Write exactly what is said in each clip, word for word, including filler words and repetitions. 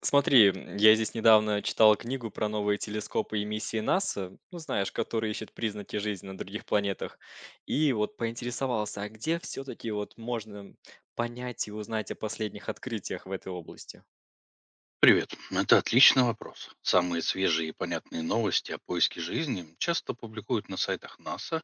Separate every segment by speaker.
Speaker 1: Смотри, м, я здесь недавно читал книгу про новые телескопы и миссии НАСА, ну знаешь, которые ищут признаки жизни на других планетах. И вот поинтересовался, а где все-таки вот можно понять и узнать о последних открытиях в этой области?
Speaker 2: Привет. Это отличный вопрос. Самые свежие и понятные новости о поиске жизни часто публикуют на сайтах НАСА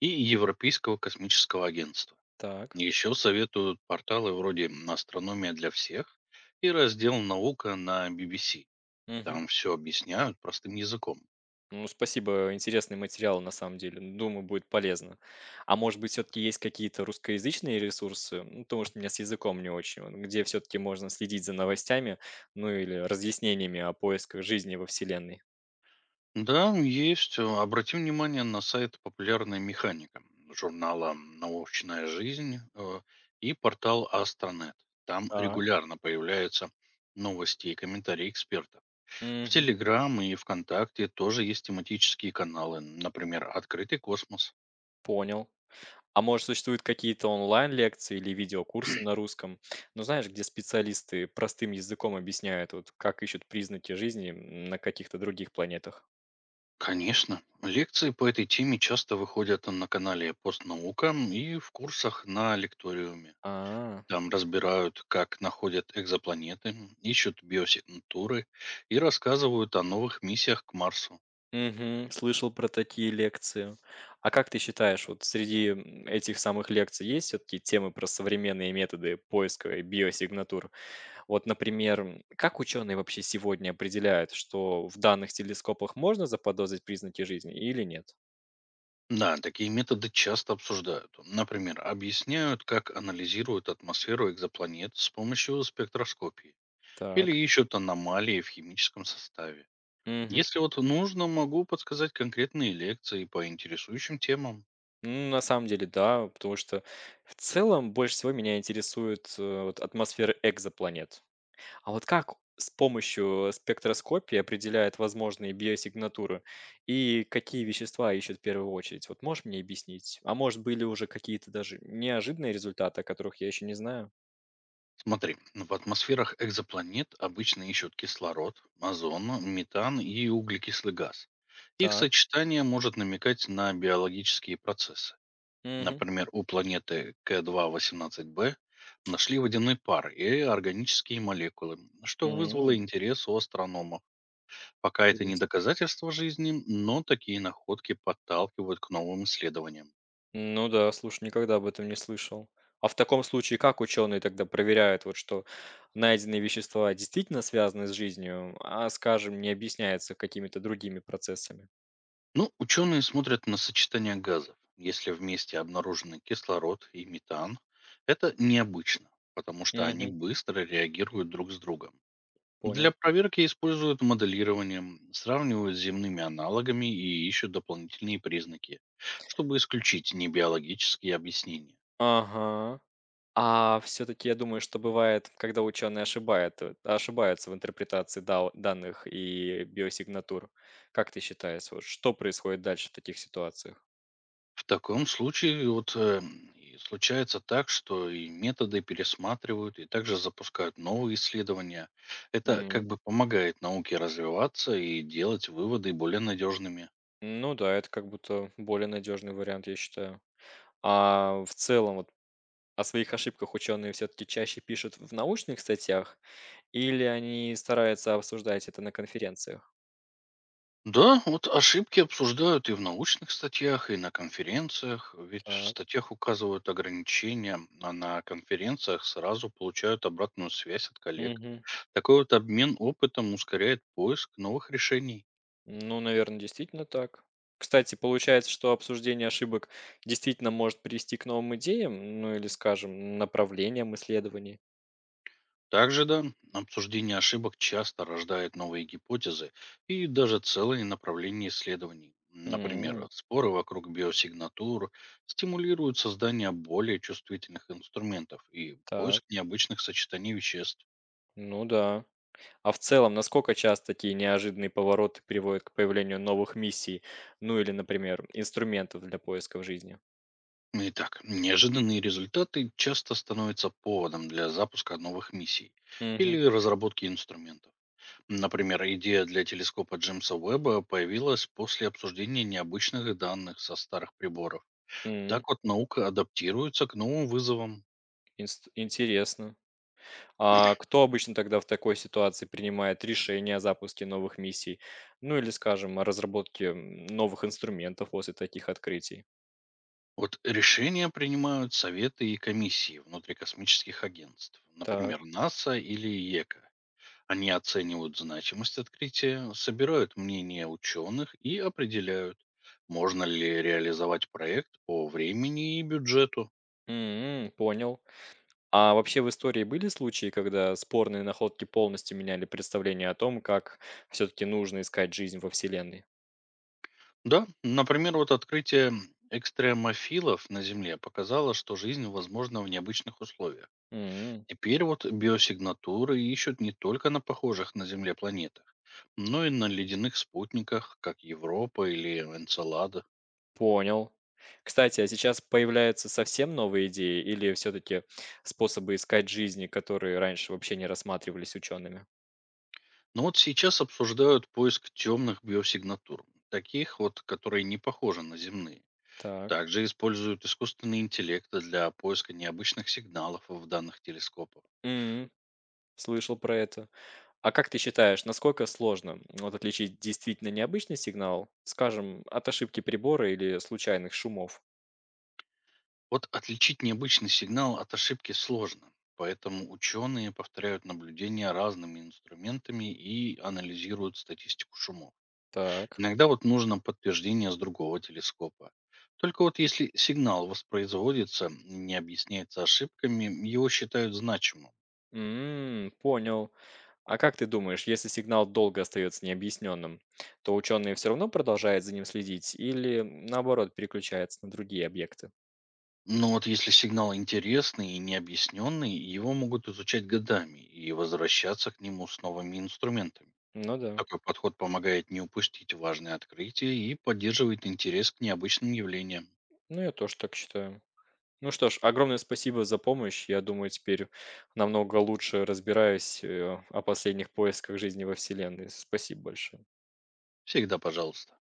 Speaker 2: и Европейского космического агентства.
Speaker 1: Так.
Speaker 2: Еще советуют порталы вроде «Астрономия для всех» и раздел «Наука» на B B C.
Speaker 1: Мгм.
Speaker 2: Там все объясняют простым языком.
Speaker 1: Ну, спасибо, интересный материал на самом деле. Ну, думаю, будет полезно. А может быть, все-таки есть какие-то русскоязычные ресурсы, ну, потому что у меня с языком не очень, вот, где все-таки можно следить за новостями, ну или разъяснениями о поисках жизни во Вселенной?
Speaker 2: Да, есть. э, Обратим внимание на сайт «Популярная механика» журнала «Научная жизнь» э, и портал «Астронет». Там регулярно появляются новости и комментарии экспертов. В
Speaker 1: Мгм.
Speaker 2: Телеграм и ВКонтакте тоже есть тематические каналы, например, «Открытый космос».
Speaker 1: Понял. А может, существуют какие-то онлайн-лекции или видеокурсы на русском? Ну, знаешь, где специалисты простым языком объясняют, вот как ищут признаки жизни м, на каких-то других планетах.
Speaker 2: Конечно, лекции по этой теме часто выходят на канале «Постнаука» и в курсах на лекториуме.
Speaker 1: А,
Speaker 2: Там разбирают, как находят экзопланеты, ищут биосигнатуры и рассказывают о новых миссиях к Марсу.
Speaker 1: мгм, слышал про такие лекции. А как ты считаешь, вот среди м, этих самых лекций есть все-таки темы про современные методы поиска и биосигнатур? Вот, например, м, как ученые вообще сегодня определяют, что в данных телескопах можно заподозрить признаки жизни или нет?
Speaker 2: Да, такие методы часто обсуждают. Например, объясняют, как анализируют атмосферу экзопланет с помощью спектроскопии или
Speaker 1: Так.
Speaker 2: ищут аномалии в химическом составе.
Speaker 1: Мгм.
Speaker 2: Если вот нужно, могу подсказать конкретные лекции по интересующим темам.
Speaker 1: Ну, на самом деле, да, потому что в целом больше всего меня интересует э, вот атмосфера экзопланет. А вот как с помощью спектроскопии определяют возможные биосигнатуры и какие вещества ищут в первую очередь? Вот можешь мне объяснить? А может, были уже какие-то даже неожиданные результаты, о которых я еще не знаю?
Speaker 2: Смотри, ну, в атмосферах экзопланет обычно ищут кислород, озон, метан и углекислый газ. Их
Speaker 1: Так.
Speaker 2: сочетание может намекать на биологические процессы. Например, у планеты К2-восемнадцать би нашли водяной пар и органические молекулы, что вызвало
Speaker 1: Угу.
Speaker 2: интерес у астрономов. Пока это не доказательство жизни, но такие находки подталкивают к новым исследованиям.
Speaker 1: Ну да, слушай, никогда об этом не слышал. А в таком случае, как ученые тогда проверяют, вот что найденные вещества действительно связаны с жизнью, а, скажем, не объясняются какими-то другими процессами?
Speaker 2: Ну, ученые смотрят на сочетание газов. Если вместе обнаружены кислород и метан, это необычно, потому что они
Speaker 1: Угу,
Speaker 2: быстро реагируют друг с другом.
Speaker 1: понял.
Speaker 2: Для проверки используют моделирование, м, сравнивают с земными аналогами и ищут дополнительные признаки, чтобы исключить небиологические объяснения.
Speaker 1: Ага. А все-таки я думаю, что бывает, когда ученые ошибают, э, ошибаются в интерпретации дау- данных и биосигнатур. Как ты считаешь, вот что происходит дальше в таких ситуациях?
Speaker 2: В таком случае вот э, и случается так, что и методы пересматривают, и также запускают новые исследования. Это как
Speaker 1: Мгм.
Speaker 2: бы помогает науке развиваться и делать выводы более надежными.
Speaker 1: Ну да, это как будто более надежный вариант, я считаю. А в целом, вот о своих ошибках ученые все-таки чаще пишут в научных статьях или они стараются обсуждать это на конференциях?
Speaker 2: Да, вот ошибки обсуждают и в научных статьях, и на конференциях, ведь в
Speaker 1: Так.
Speaker 2: статьях указывают ограничения, а на конференциях сразу получают обратную связь от коллег.
Speaker 1: Мгм.
Speaker 2: Такой вот обмен опытом ускоряет поиск новых решений.
Speaker 1: Ну, наверное, действительно так. Кстати, получается, что обсуждение ошибок действительно может привести к новым идеям, ну или, скажем, направлениям исследований.
Speaker 2: Также, да, обсуждение ошибок часто рождает новые гипотезы и даже целые направления исследований. Например,
Speaker 1: М.
Speaker 2: споры вокруг биосигнатур стимулируют создание более чувствительных инструментов и
Speaker 1: Так,
Speaker 2: поиск необычных сочетаний веществ.
Speaker 1: ну да. А в целом, насколько часто такие неожиданные повороты приводят к появлению новых миссий, ну или, например, инструментов для поиска в жизни?
Speaker 2: Итак, неожиданные результаты часто становятся поводом для запуска новых миссий
Speaker 1: Угу.
Speaker 2: или разработки инструментов. Например, идея для телескопа Джеймса Уэбба появилась после обсуждения необычных данных со старых приборов. Так вот наука адаптируется к новым вызовам.
Speaker 1: Инст интересно. А кто обычно тогда в такой ситуации принимает решение о запуске новых миссий? Ну или, скажем, о разработке м, новых инструментов после таких открытий?
Speaker 2: Вот решения принимают советы и комиссии внутрикосмических агентств,
Speaker 1: Так.
Speaker 2: например, НАСА или ЕКО. Они оценивают значимость открытия, собирают мнения ученых и определяют, можно ли реализовать проект по времени и бюджету.
Speaker 1: М, понял. А вообще в истории были случаи, когда спорные находки полностью меняли представление о том, как все-таки нужно искать жизнь во Вселенной?
Speaker 2: Да, например, вот открытие экстремофилов на Земле показало, что жизнь возможна в необычных условиях.
Speaker 1: М,
Speaker 2: Теперь вот биосигнатуры ищут не только на похожих на Земле планетах, но и на ледяных спутниках, как Европа или Энцелада.
Speaker 1: понял. Кстати, а сейчас появляются совсем новые идеи или все-таки способы искать жизни, которые раньше вообще не рассматривались учеными?
Speaker 2: Но вот сейчас обсуждают поиск темных биосигнатур, таких вот, которые не похожи на земные.
Speaker 1: Так.
Speaker 2: Также используют искусственный интеллект для поиска необычных сигналов в данных телескопах.
Speaker 1: М. Слышал про это. А как ты считаешь, насколько сложно, м, вот отличить действительно необычный сигнал, скажем, от ошибки прибора или случайных шумов?
Speaker 2: Вот отличить необычный сигнал от ошибки сложно, поэтому ученые повторяют наблюдения разными инструментами и анализируют статистику шумов.
Speaker 1: Так.
Speaker 2: Иногда вот нужно подтверждение с другого телескопа. Только вот если сигнал воспроизводится, не объясняется ошибками, его считают значимым.
Speaker 1: М, понял. А как ты думаешь, если сигнал долго остается необъясненным, то ученые все равно продолжают за ним следить или наоборот переключаются на другие объекты?
Speaker 2: Но вот если сигнал интересный и необъясненный, его могут изучать годами и возвращаться к нему с новыми инструментами.
Speaker 1: Ну да.
Speaker 2: Такой подход помогает не упустить важные открытия и поддерживает интерес к необычным явлениям.
Speaker 1: Ну я тоже так считаю. Ну что ж, огромное спасибо за помощь. Я думаю, теперь намного лучше разбираюсь, э, о последних поисках жизни во Вселенной. Спасибо большое.
Speaker 2: Всегда пожалуйста.